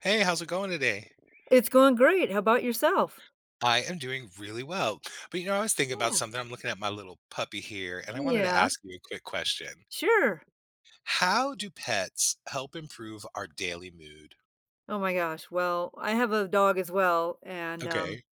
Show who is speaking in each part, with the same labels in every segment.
Speaker 1: Hey, how's it going today?
Speaker 2: It's going great. How about yourself?
Speaker 1: I am doing really well. But you know, I was thinking about
Speaker 2: Yeah.
Speaker 1: something. I'm looking at my little puppy here, and I wanted to
Speaker 2: Yeah,
Speaker 1: ask you a quick question.
Speaker 2: sure.
Speaker 1: How do pets help improve our daily mood?
Speaker 2: Oh my gosh. Well, I have a dog as well, and
Speaker 1: Okay.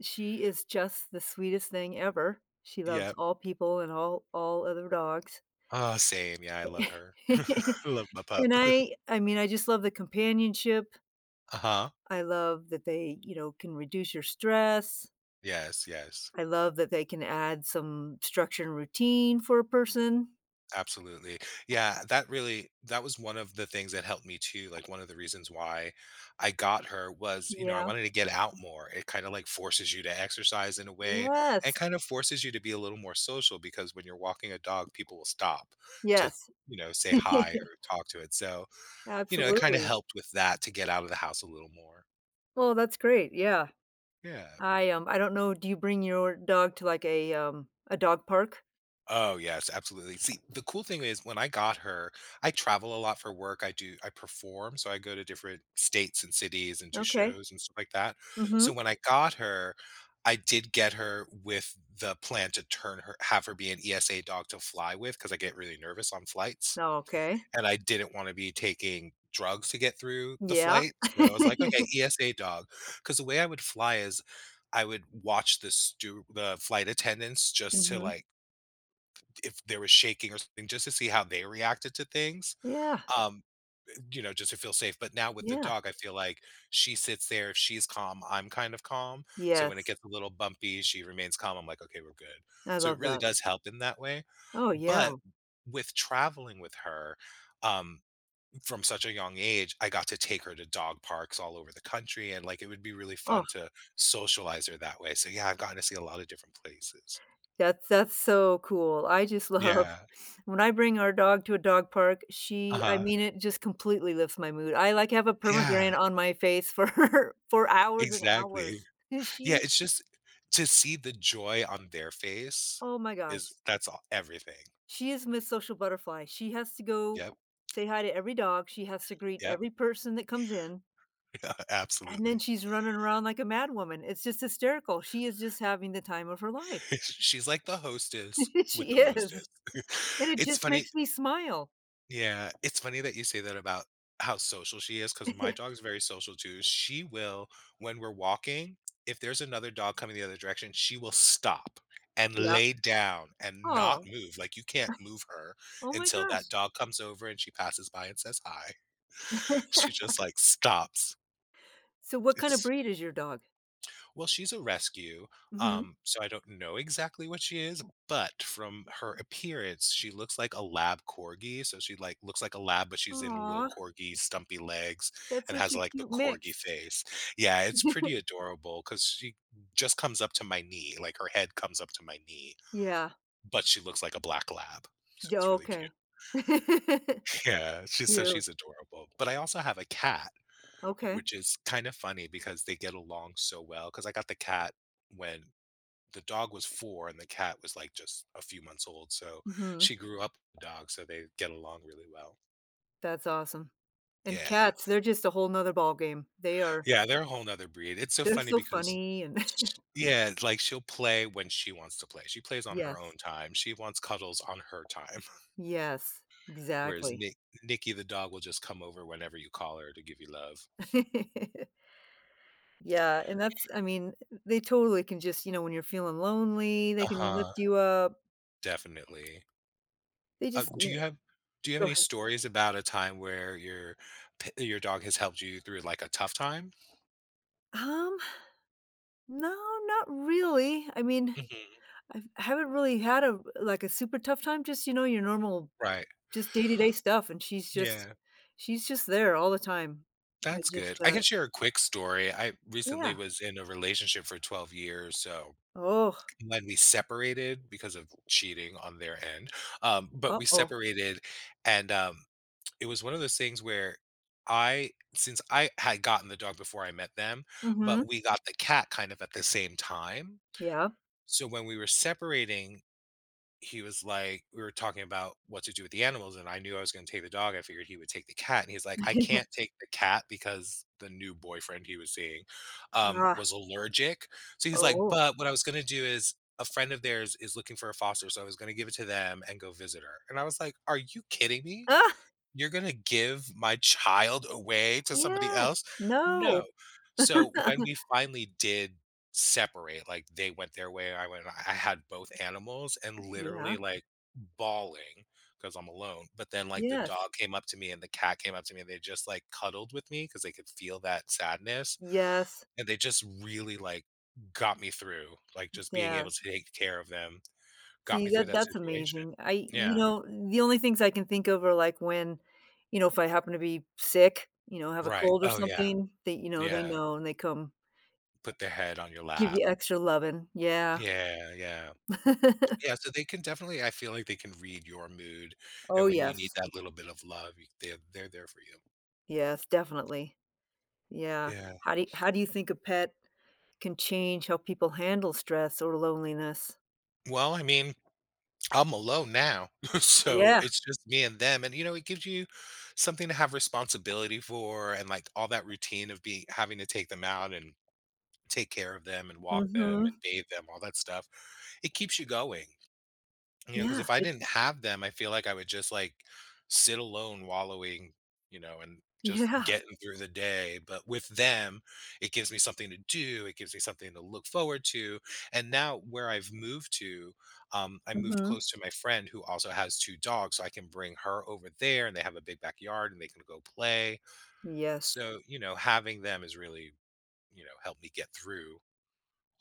Speaker 2: she is just the sweetest thing ever. She loves
Speaker 1: Yep.
Speaker 2: all people and all other dogs.
Speaker 1: Oh, same. Yeah, I love her. I love my pup.
Speaker 2: and I mean, I just love the companionship.
Speaker 1: Uh-huh.
Speaker 2: I love that they, you know, can reduce your stress.
Speaker 1: Yes, yes.
Speaker 2: I love that they can add some structure and routine for a person.
Speaker 1: Absolutely. Yeah, that really that was one of the things that helped me too. Like one of the reasons why I got her was, you know, I
Speaker 2: Yeah.
Speaker 1: wanted to get out more. It kind of like forces you to exercise in a way and
Speaker 2: Yes.
Speaker 1: kind of forces you to be a little more social because when you're walking a dog, people will stop to,
Speaker 2: Yes.
Speaker 1: you know, say hi or talk to it. So, it kind of
Speaker 2: Absolutely.
Speaker 1: helped with that to get out of the house a little more.
Speaker 2: Well, that's great, yeah.
Speaker 1: Yeah.
Speaker 2: I don't know, do you bring your dog to, like, a dog park?
Speaker 1: Oh, yes, absolutely. See, the cool thing is when I got her, I travel a lot for work. I perform. So I go to different states and cities and do
Speaker 2: Okay.
Speaker 1: shows and stuff like that. So
Speaker 2: Mhm.
Speaker 1: when I got her, I did get her with the plan to turn her, have her be an ESA dog to fly with because I get really nervous on flights
Speaker 2: Oh, okay.
Speaker 1: and I didn't want to be taking drugs to get through the
Speaker 2: Yeah.
Speaker 1: flight. So I was like, okay, ESA dog. Because the way I would fly is I would watch the the flight attendants just to
Speaker 2: Mhm.
Speaker 1: like if there was shaking or something just to see how they reacted to things,
Speaker 2: Yeah,
Speaker 1: um, you know, just to feel safe. But now with the
Speaker 2: yeah.
Speaker 1: dog, I feel like she sits there. If she's calm, I'm kind of calm. So when it
Speaker 2: Yes,
Speaker 1: gets a little bumpy, she remains calm. I'm like, okay, we're good.
Speaker 2: I
Speaker 1: So it
Speaker 2: love
Speaker 1: really
Speaker 2: that.
Speaker 1: does help in that way.
Speaker 2: Oh, yeah.
Speaker 1: But with traveling with her, um, from such a young age, I got to take her to dog parks all over the country. And like it would be really
Speaker 2: Oh,
Speaker 1: fun to socialize her that way. So yeah, I've gotten to see a lot of different places.
Speaker 2: that's so cool. I just love
Speaker 1: Yeah.
Speaker 2: when I bring our dog to a dog park,
Speaker 1: Uh
Speaker 2: she I
Speaker 1: huh.
Speaker 2: mean, it just completely lifts my mood. I, like, have a
Speaker 1: Yeah.
Speaker 2: permagran on my face for for hours and
Speaker 1: Exactly.
Speaker 2: hours.
Speaker 1: Yeah,
Speaker 2: She
Speaker 1: it's just to see the joy on their face
Speaker 2: oh my gosh.
Speaker 1: is that's all everything.
Speaker 2: She is Miss Social Butterfly. She has to go
Speaker 1: Yep,
Speaker 2: say hi to every dog, she has to greet
Speaker 1: yep,
Speaker 2: every person that comes in, and then
Speaker 1: absolutely.
Speaker 2: she's running around like a mad woman. It's just hysterical. She is just having the time of her life.
Speaker 1: She's like the hostess with
Speaker 2: She
Speaker 1: the
Speaker 2: is,
Speaker 1: mostest.
Speaker 2: and it
Speaker 1: It's
Speaker 2: just
Speaker 1: funny
Speaker 2: makes me smile.
Speaker 1: yeah, it's funny that you say that about how social she is because my dog's very social too. She will When we're walking, if there's another dog coming the other direction, she will stop and
Speaker 2: Yeah.
Speaker 1: lay down and not
Speaker 2: Oh.
Speaker 1: move, like, you can't move her
Speaker 2: Oh my
Speaker 1: until that
Speaker 2: gosh.
Speaker 1: dog comes over and she passes by and says hi. She just, like, stops.
Speaker 2: So what kinda
Speaker 1: It's
Speaker 2: breed is your dog?
Speaker 1: well, she's a rescue,
Speaker 2: Mhm.
Speaker 1: so I don't know exactly what she is, but from her appearance, she looks like a lab corgi, so she, like, looks like a lab, but she's in little
Speaker 2: Aw,
Speaker 1: corgi stumpy legs
Speaker 2: that's
Speaker 1: and
Speaker 2: such
Speaker 1: has,
Speaker 2: a
Speaker 1: like, the
Speaker 2: cute mix.
Speaker 1: corgi face. Yeah, it's pretty adorable because she just comes up to my knee, like, her head comes up to my knee,
Speaker 2: Yeah.
Speaker 1: but she looks like a black lab, so
Speaker 2: D
Speaker 1: it's really cute.
Speaker 2: okay.
Speaker 1: Yeah, she's so
Speaker 2: Cute.
Speaker 1: she's adorable, but I also have a cat.
Speaker 2: Okay.
Speaker 1: Which is kind of funny because they get along so well. Because I got the cat when the dog was 4 and the cat was, like, just a few months old, so
Speaker 2: Mhm.
Speaker 1: she grew up with the dog, so they get along really well.
Speaker 2: That's awesome. And
Speaker 1: Yeah.
Speaker 2: cats, they're just a whole nother ball game. They are
Speaker 1: Yeah, they're a whole 'nother breed. It's so
Speaker 2: they're
Speaker 1: funny
Speaker 2: so
Speaker 1: because
Speaker 2: funny and
Speaker 1: sh yeah, like, she'll play when she wants to play. She plays on her
Speaker 2: Yes.
Speaker 1: own time. She wants cuddles on her time,
Speaker 2: Yes,
Speaker 1: whereas
Speaker 2: exactly.
Speaker 1: Nick Nikki the dog will just come over whenever you call her to give you love.
Speaker 2: Yeah, and that's I mean, they totally can just you know, when you're feeling lonely, they can
Speaker 1: Uh-huh.
Speaker 2: lift you up.
Speaker 1: Definitely.
Speaker 2: They
Speaker 1: Uh,
Speaker 2: just you
Speaker 1: do
Speaker 2: know.
Speaker 1: you have do you have
Speaker 2: Go
Speaker 1: any
Speaker 2: ahead.
Speaker 1: stories about a time where your your dog has helped you through like a tough time?
Speaker 2: Um, no, not really. I mean,
Speaker 1: Mhm.
Speaker 2: I haven't really had a like, a super tough time, just, you know, your normal,
Speaker 1: Right.
Speaker 2: just day-to-day stuff, and she's just
Speaker 1: Yeah.
Speaker 2: she's just there all the time. I
Speaker 1: That's good.
Speaker 2: just,
Speaker 1: I
Speaker 2: uh
Speaker 1: can share a quick story. I recently
Speaker 2: Yeah.
Speaker 1: was in a relationship for 12 years, so
Speaker 2: Oh,
Speaker 1: I'm glad we separated because of cheating on their end. But we
Speaker 2: uh-oh.
Speaker 1: separated, and it was one of those things where since I had gotten the dog before I met them, but
Speaker 2: Mhm.
Speaker 1: we got the cat kind of at the same time.
Speaker 2: Yeah.
Speaker 1: So when we were separating, he was like, we were talking about what to do with the animals, and I knew I was going to take the dog. I figured he would take the cat, and he's like, I can't take the cat because the new boyfriend he was seeing
Speaker 2: Ah,
Speaker 1: was allergic. So he's like,
Speaker 2: oh.
Speaker 1: but what I was going to do is a friend of theirs is looking for a foster, so I was going to give it to them and go visit her. And I was like, are you kidding me?
Speaker 2: Ah,
Speaker 1: You're gonna give my child away to somebody else?
Speaker 2: yes. No.
Speaker 1: No. So, when we finally did separate, like, they went their way, I had both animals and
Speaker 2: Yeah.
Speaker 1: literally, like, bawling because 'cause I'm alone, but then, like, the
Speaker 2: Yes.
Speaker 1: dog came up to me and the cat came up to me, and they just, like, cuddled with me because they could feel that sadness,
Speaker 2: Yes.
Speaker 1: and they just really, like, got me through, like, just being
Speaker 2: Yeah.
Speaker 1: able to take care of them got me
Speaker 2: See,
Speaker 1: through
Speaker 2: that
Speaker 1: that
Speaker 2: that's
Speaker 1: situation.
Speaker 2: amazing. I you
Speaker 1: Yeah.
Speaker 2: know, the only things I can think of are, like, when, you know, if I happen to be sick, you know, have a
Speaker 1: Right.
Speaker 2: cold or
Speaker 1: Oh, yeah.
Speaker 2: something, they you know, they
Speaker 1: Yeah.
Speaker 2: know, and they come
Speaker 1: Put their head on your
Speaker 2: give
Speaker 1: lap.
Speaker 2: you extra loving. Yeah.
Speaker 1: Yeah, yeah. Yeah, so they can definitely I feel like they can read your mood,
Speaker 2: Oh,
Speaker 1: and when you need
Speaker 2: yes.
Speaker 1: that little bit of love, you they're there for you.
Speaker 2: Yes, definitely. Yeah.
Speaker 1: Yeah.
Speaker 2: How do you think a pet can change how people handle stress or loneliness?
Speaker 1: Well, I mean, I'm alone now, so
Speaker 2: Yeah.
Speaker 1: it's just me and them, and, you know, it gives you something to have responsibility for and, like, all that routine of being having to take them out and take care of them and walk them
Speaker 2: Mhm.
Speaker 1: and bathe them, all that stuff. It keeps you going. You know, because
Speaker 2: Yeah,
Speaker 1: if I
Speaker 2: it
Speaker 1: didn't have them, I feel like I would just like sit alone wallowing, you know, and just
Speaker 2: yeah,
Speaker 1: getting through the day. But with them, it gives me something to do. It gives me something to look forward to. And now where I've moved to, I moved
Speaker 2: mhm,
Speaker 1: close to my friend who also has two dogs. So I can bring her over there and they have a big backyard and they can go play.
Speaker 2: yes.
Speaker 1: So, you know, having them has really, you know, helped me get through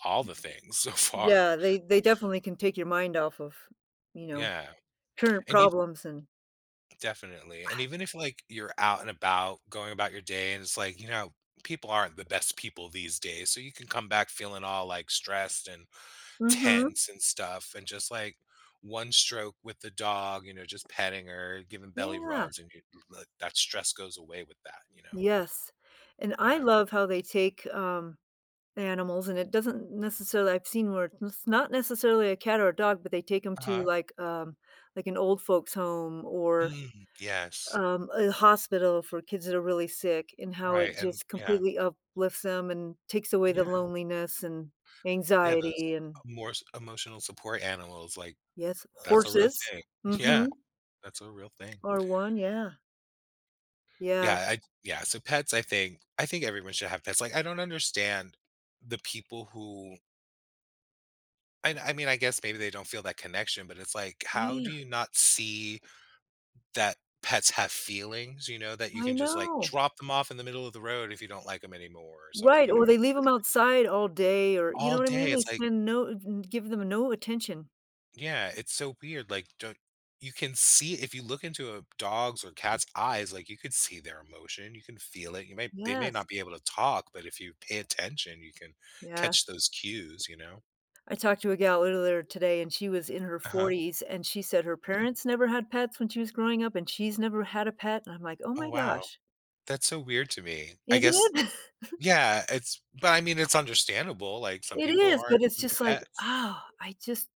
Speaker 1: all the things so far.
Speaker 2: Yeah, they definitely can take your mind off of, you know,
Speaker 1: Yeah.
Speaker 2: current
Speaker 1: And
Speaker 2: problems and
Speaker 1: Definitely. And even if like you're out and about going about your day and it's like, you know, people aren't the best people these days. So you can come back feeling all like stressed and
Speaker 2: mhm,
Speaker 1: tense and stuff and just like one stroke with the dog, you know, just petting her, giving belly
Speaker 2: yeah,
Speaker 1: rubs and you, like, that stress goes away with that, you know.
Speaker 2: yes, and I
Speaker 1: Yeah.
Speaker 2: love how they take, animals, and it doesn't necessarily I've seen where it's not necessarily a cat or a dog, but they take them to,
Speaker 1: Uh-huh.
Speaker 2: like an old folks home or,
Speaker 1: Mm, yes.
Speaker 2: a hospital for kids that are really sick, and how it
Speaker 1: Right. And
Speaker 2: just
Speaker 1: yeah.
Speaker 2: completely uplifts them and takes away the
Speaker 1: Yeah.
Speaker 2: loneliness and
Speaker 1: Yeah, those
Speaker 2: anxiety and
Speaker 1: more emotional support animals like
Speaker 2: Yes,
Speaker 1: that's a real
Speaker 2: horses.
Speaker 1: thing. Yeah,
Speaker 2: Mhm,
Speaker 1: that's a real thing.
Speaker 2: are one, yeah. Yeah,
Speaker 1: Yeah, so pets, I think everyone should have pets. Like, I don't understand the people who and I mean, I guess maybe they don't feel that connection, but it's like, how
Speaker 2: yeah,
Speaker 1: do you not see that pets have feelings, you know, that you
Speaker 2: I
Speaker 1: can just like
Speaker 2: know.
Speaker 1: drop them off in the middle of the road if you don't like them anymore or something,
Speaker 2: Right,
Speaker 1: you know
Speaker 2: or
Speaker 1: what
Speaker 2: they
Speaker 1: I mean?
Speaker 2: leave them outside all day or you know
Speaker 1: All
Speaker 2: what I mean?
Speaker 1: day,
Speaker 2: They
Speaker 1: it's like
Speaker 2: spend no n give them no attention.
Speaker 1: yeah, it's so weird. Like, don't you can see if you look into a dog's or cat's eyes, like you could see their emotion, you can feel it. You may They may
Speaker 2: Yes,
Speaker 1: not be able to talk, but if you pay attention, you can
Speaker 2: yes.
Speaker 1: catch those cues, you know?
Speaker 2: I talked to a gal earlier today, and she was in her
Speaker 1: Uh-huh.
Speaker 2: 40s, and she said her
Speaker 1: Okay.
Speaker 2: parents never had pets when she was growing up, and she's never had a pet, and I'm like, "Oh
Speaker 1: Oh
Speaker 2: my
Speaker 1: wow.
Speaker 2: gosh."
Speaker 1: That's so weird to me.
Speaker 2: Isn't it?
Speaker 1: Yeah, it's but I mean it's understandable. Like some
Speaker 2: It
Speaker 1: people
Speaker 2: is, but
Speaker 1: aren't
Speaker 2: it's
Speaker 1: into
Speaker 2: just like,
Speaker 1: pets.
Speaker 2: "Oh, I just."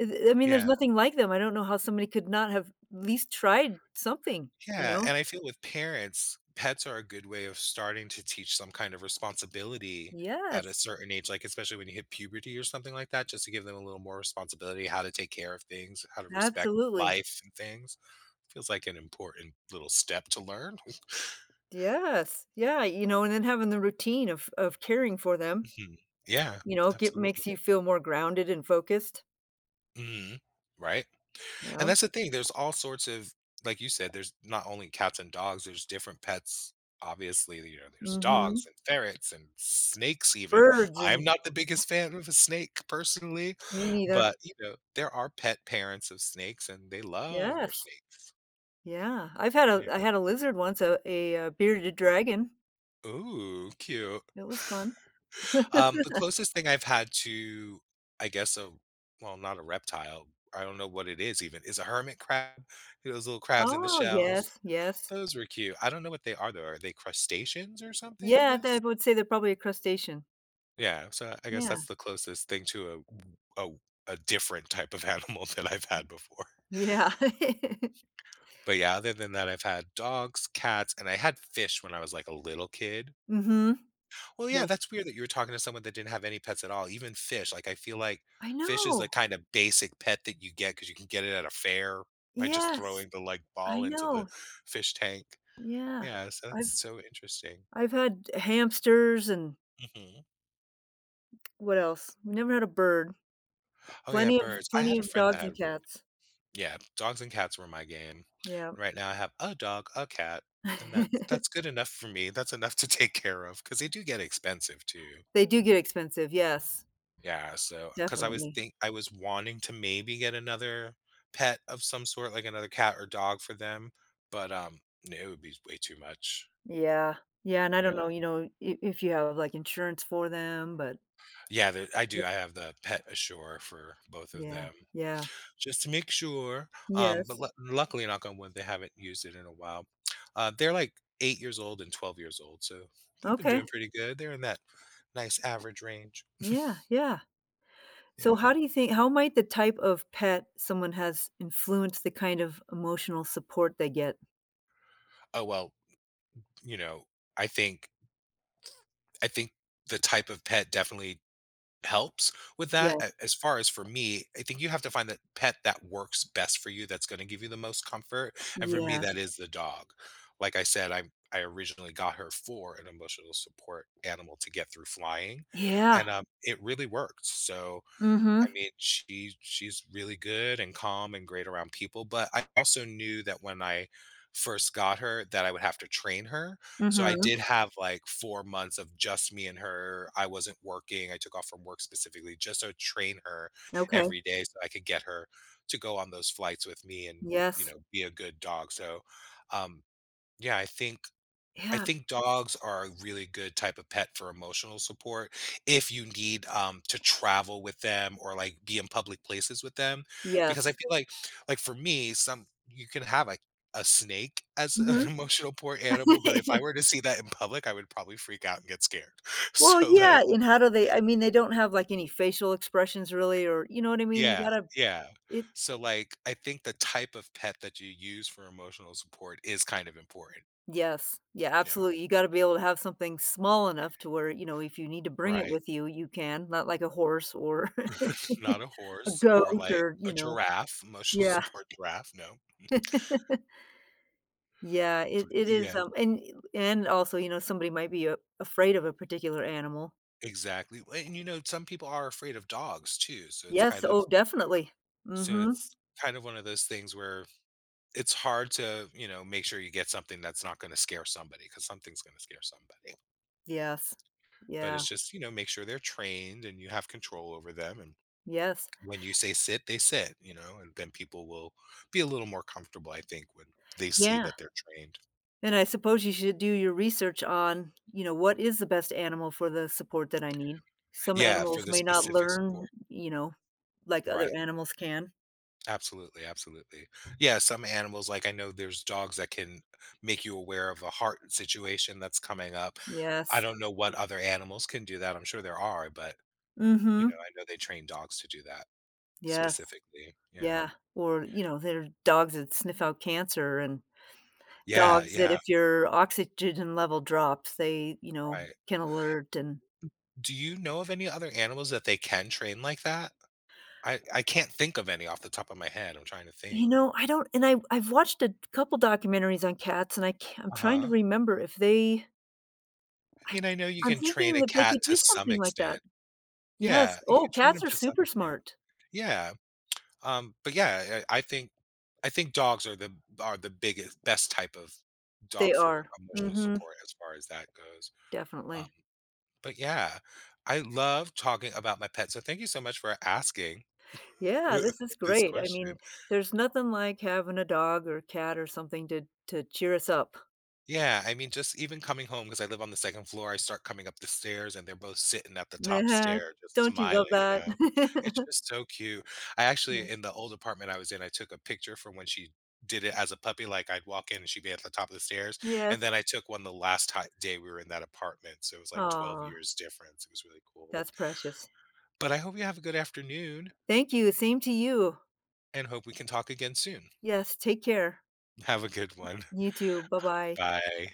Speaker 2: I I mean, there's
Speaker 1: Yeah.
Speaker 2: nothing like them. I don't know how somebody could not have at least tried something, you
Speaker 1: Yeah,
Speaker 2: know?
Speaker 1: and I feel with parents, pets are a good way of starting to teach some kind of responsibility at
Speaker 2: Yes,
Speaker 1: a certain age, like, especially when you hit puberty or something like that, just to give them a little more responsibility, how to take care of things, how to respect
Speaker 2: absolutely.
Speaker 1: life and things. Feels like an important little step to learn.
Speaker 2: Yes. Yeah, you know, and then having the routine of caring for them,
Speaker 1: Mhm. Yeah,
Speaker 2: you know, get
Speaker 1: absolutely.
Speaker 2: makes you feel more grounded and focused.
Speaker 1: Mhm. Right? And
Speaker 2: Yeah.
Speaker 1: that's the thing, there's all sorts of like you said, there's not only cats and dogs, there's different pets. Obviously, you know, there's
Speaker 2: Mhm.
Speaker 1: dogs and ferrets and snakes even.
Speaker 2: Birds
Speaker 1: I'm
Speaker 2: and
Speaker 1: not the biggest fan of a snake personally,
Speaker 2: me neither.
Speaker 1: but, you know, there are pet parents of snakes and they love their
Speaker 2: Yes.
Speaker 1: snake.
Speaker 2: Yeah. I've had a
Speaker 1: Yeah.
Speaker 2: I had a lizard once, a bearded dragon.
Speaker 1: Ooh, cute.
Speaker 2: It was fun.
Speaker 1: The closest thing I've had to, I guess, not a reptile, I don't know what it is even, is a hermit crab, you know, those little crabs in the
Speaker 2: Oh,
Speaker 1: shells.
Speaker 2: yes, yes.
Speaker 1: Those were cute. I don't know what they are, though. Are they crustaceans or something, I
Speaker 2: Yeah,
Speaker 1: guess?
Speaker 2: I would say they're probably a crustacean.
Speaker 1: Yeah, so I guess
Speaker 2: Yeah.
Speaker 1: that's the closest thing to a a different type of animal that I've had before.
Speaker 2: Yeah.
Speaker 1: But, yeah, other than that, I've had dogs, cats, and I had fish when I was, like, a little kid.
Speaker 2: Mhm.
Speaker 1: Well, yeah,
Speaker 2: Yes.
Speaker 1: that's weird that you were talking to someone that didn't have any pets at all, even fish. Like, I feel like
Speaker 2: I
Speaker 1: fish is the
Speaker 2: know.
Speaker 1: kinda basic pet that you get because you can get it at a fair by just
Speaker 2: Yes.
Speaker 1: throwing the, like,
Speaker 2: I
Speaker 1: ball into the
Speaker 2: know.
Speaker 1: fish tank.
Speaker 2: Yeah.
Speaker 1: Yeah, so that's
Speaker 2: I've
Speaker 1: so interesting.
Speaker 2: I've had hamsters and
Speaker 1: Mhm.
Speaker 2: what else? We never had a bird.
Speaker 1: Oh yeah,
Speaker 2: Plenty of
Speaker 1: birds. I
Speaker 2: plenty
Speaker 1: had a
Speaker 2: of
Speaker 1: friend that
Speaker 2: dogs
Speaker 1: had a
Speaker 2: and
Speaker 1: bird.
Speaker 2: cats.
Speaker 1: Yeah, dogs and cats were my game.
Speaker 2: Yeah.
Speaker 1: Right now I have a dog, a cat, and that's that's good enough for me. That's enough to take care of because they do get expensive too.
Speaker 2: They do get expensive. Yes.
Speaker 1: Yeah, so because I was
Speaker 2: Definitely.
Speaker 1: think I was wanting to maybe get another pet of some sort, like another cat or dog for them, but no, it would be way too much.
Speaker 2: Yeah. Yeah, and I
Speaker 1: Yeah,
Speaker 2: don't know, you know, I if you have, like, insurance for them, but
Speaker 1: yeah, I do.
Speaker 2: it-
Speaker 1: I have the pet ashore for both of
Speaker 2: yeah.
Speaker 1: them.
Speaker 2: Yeah.
Speaker 1: Just to make sure. But
Speaker 2: Yes.
Speaker 1: lu luckily, knock on wood, they haven't used it in a while. They're like 8 years old and 12 years old. So they've been
Speaker 2: Okay.
Speaker 1: doing pretty good. They're in that nice average range.
Speaker 2: Yeah, yeah. So
Speaker 1: Yeah.
Speaker 2: how do you think how might the type of pet someone has influence the kind of emotional support they get?
Speaker 1: Oh, well, you know, I think, I think the type of pet definitely helps with that.
Speaker 2: Yeah.
Speaker 1: A As far as for me, I think you have to find that pet that works best for you, that's gonna give you the most comfort, and for me,
Speaker 2: Yes.
Speaker 1: that is the dog. Like I said, I originally got her for an emotional support animal to get through flying,
Speaker 2: Yeah.
Speaker 1: and, it really worked, so
Speaker 2: mm
Speaker 1: I
Speaker 2: Mhm.
Speaker 1: mean, she's really good and calm and great around people, but I also knew that when I first got her that I would have to train her.
Speaker 2: mm
Speaker 1: So I
Speaker 2: Mhm.
Speaker 1: did have like 4 months of just me and her. I wasn't working. I took off from work specifically just to train her
Speaker 2: Okay.
Speaker 1: every day so I could get her to go on those flights with me and, you
Speaker 2: Yes.
Speaker 1: know, be a good dog. So, um, yeah, I
Speaker 2: Yeah.
Speaker 1: think dogs are a really good type of pet for emotional support if you need, to travel with them or, like, be in public places with them, because I
Speaker 2: Yes.
Speaker 1: feel like for me, some you can have, like, a snake as
Speaker 2: mm
Speaker 1: an
Speaker 2: Mhm.
Speaker 1: emotional poor animal, but if I were to see that in public, I would probably freak out and get scared.
Speaker 2: Well,
Speaker 1: So,
Speaker 2: yeah,
Speaker 1: like,
Speaker 2: and how do they I mean, they don't have, like, any facial expressions really or you know what I mean? You
Speaker 1: yeah,
Speaker 2: gotta
Speaker 1: yeah.
Speaker 2: it
Speaker 1: So, like, I think the type of pet that you use for emotional support is kind of important.
Speaker 2: Yes. Yeah,
Speaker 1: Yeah.
Speaker 2: absolutely. You gotta be able to have something small enough to where, you know, if you need to bring it
Speaker 1: Right.
Speaker 2: with you, you can, not like a horse or
Speaker 1: Not a
Speaker 2: a
Speaker 1: horse or
Speaker 2: goat
Speaker 1: like
Speaker 2: or,
Speaker 1: a
Speaker 2: you know.
Speaker 1: giraffe, emotional
Speaker 2: Yeah.
Speaker 1: support giraffe, no.
Speaker 2: Yeah, it is,
Speaker 1: Yeah,
Speaker 2: and also, you know, somebody might be a afraid of a particular animal.
Speaker 1: exactly. Well, and you know, some people are afraid of dogs too, so it's
Speaker 2: Yes,
Speaker 1: kind
Speaker 2: oh,
Speaker 1: of
Speaker 2: definitely.
Speaker 1: so
Speaker 2: Mhm.
Speaker 1: it's kind of one of those things where it's hard to, you know, make sure you get something that's not gonna scare somebody because something's gonna scare somebody.
Speaker 2: Yes.
Speaker 1: But
Speaker 2: Yeah.
Speaker 1: it's just, you know, make sure they're trained and you have control over them, and
Speaker 2: Yes.
Speaker 1: when you say sit, they sit, you know, and then people will be a little more comfortable, I think, when they see
Speaker 2: Yeah,
Speaker 1: that they're trained.
Speaker 2: and I suppose you should do your research on, you know, what is the best animal for the support that I need. Some
Speaker 1: Yeah, for
Speaker 2: animals
Speaker 1: the
Speaker 2: may not
Speaker 1: specific
Speaker 2: learn,
Speaker 1: support.
Speaker 2: you know, like other
Speaker 1: Right.
Speaker 2: animals can.
Speaker 1: Absolutely, absolutely. Yeah, some animals, like I know there's dogs that can make you aware of a heart situation that's coming up. I
Speaker 2: Yes.
Speaker 1: don't know what other animals can do that. I'm sure there are, but you
Speaker 2: Mhm.
Speaker 1: know, I know they train dogs to do that
Speaker 2: Yes.
Speaker 1: specifically. Yeah.
Speaker 2: Yeah, or, you know, there are dogs that sniff out cancer and
Speaker 1: Yeah,
Speaker 2: dogs that
Speaker 1: yeah,
Speaker 2: if your oxygen level drops, they, you know,
Speaker 1: right.
Speaker 2: can alert and
Speaker 1: Do you know of any other animals that they can train like that? I can't think of any off the top of my head. I'm trying to think.
Speaker 2: you know, I don't and I've watched a couple documentaries on cats and I can't I'm trying to
Speaker 1: Uh-huh.
Speaker 2: remember if they
Speaker 1: I
Speaker 2: I'm
Speaker 1: mean, I know you
Speaker 2: I'm
Speaker 1: can train
Speaker 2: thinking
Speaker 1: a
Speaker 2: that they
Speaker 1: cat
Speaker 2: could do
Speaker 1: to some
Speaker 2: something like
Speaker 1: extent.
Speaker 2: that. Yes.
Speaker 1: Yeah, you
Speaker 2: Oh,
Speaker 1: can train them
Speaker 2: cats are
Speaker 1: to some
Speaker 2: super
Speaker 1: extent.
Speaker 2: smart.
Speaker 1: Yeah. But yeah, I think dogs are the biggest best type of
Speaker 2: They
Speaker 1: dog for
Speaker 2: are. Mm
Speaker 1: emotional
Speaker 2: Mhm.
Speaker 1: support as far as that goes. Um,
Speaker 2: Definitely.
Speaker 1: but yeah, I love talking about my pet. So thank you so much for asking
Speaker 2: Yeah, this is
Speaker 1: this
Speaker 2: great. I mean,
Speaker 1: question.
Speaker 2: there's nothing like having a dog or cat or something to cheer us up.
Speaker 1: Yeah, I mean, just even coming home, because I live on the second floor, I start coming up the stairs and they're both sitting at the top stair, just
Speaker 2: Don't you love
Speaker 1: smiling, you
Speaker 2: that?
Speaker 1: know? It's just so cute. I actually, in
Speaker 2: Yes.
Speaker 1: the old apartment I was in, I took a picture from when she did it as a puppy. Like I'd walk in and she'd be at the top of the stairs. And
Speaker 2: Yes.
Speaker 1: then I took one the last ti day we were in that apartment. So it was like 12
Speaker 2: Aw.
Speaker 1: years difference. It was really cool.
Speaker 2: That's precious.
Speaker 1: But I hope you have a good afternoon
Speaker 2: Thank you, same to you.
Speaker 1: and hope we can talk again soon.
Speaker 2: Yes, take care.
Speaker 1: Have a good one.
Speaker 2: You too, bye-bye.
Speaker 1: Bye.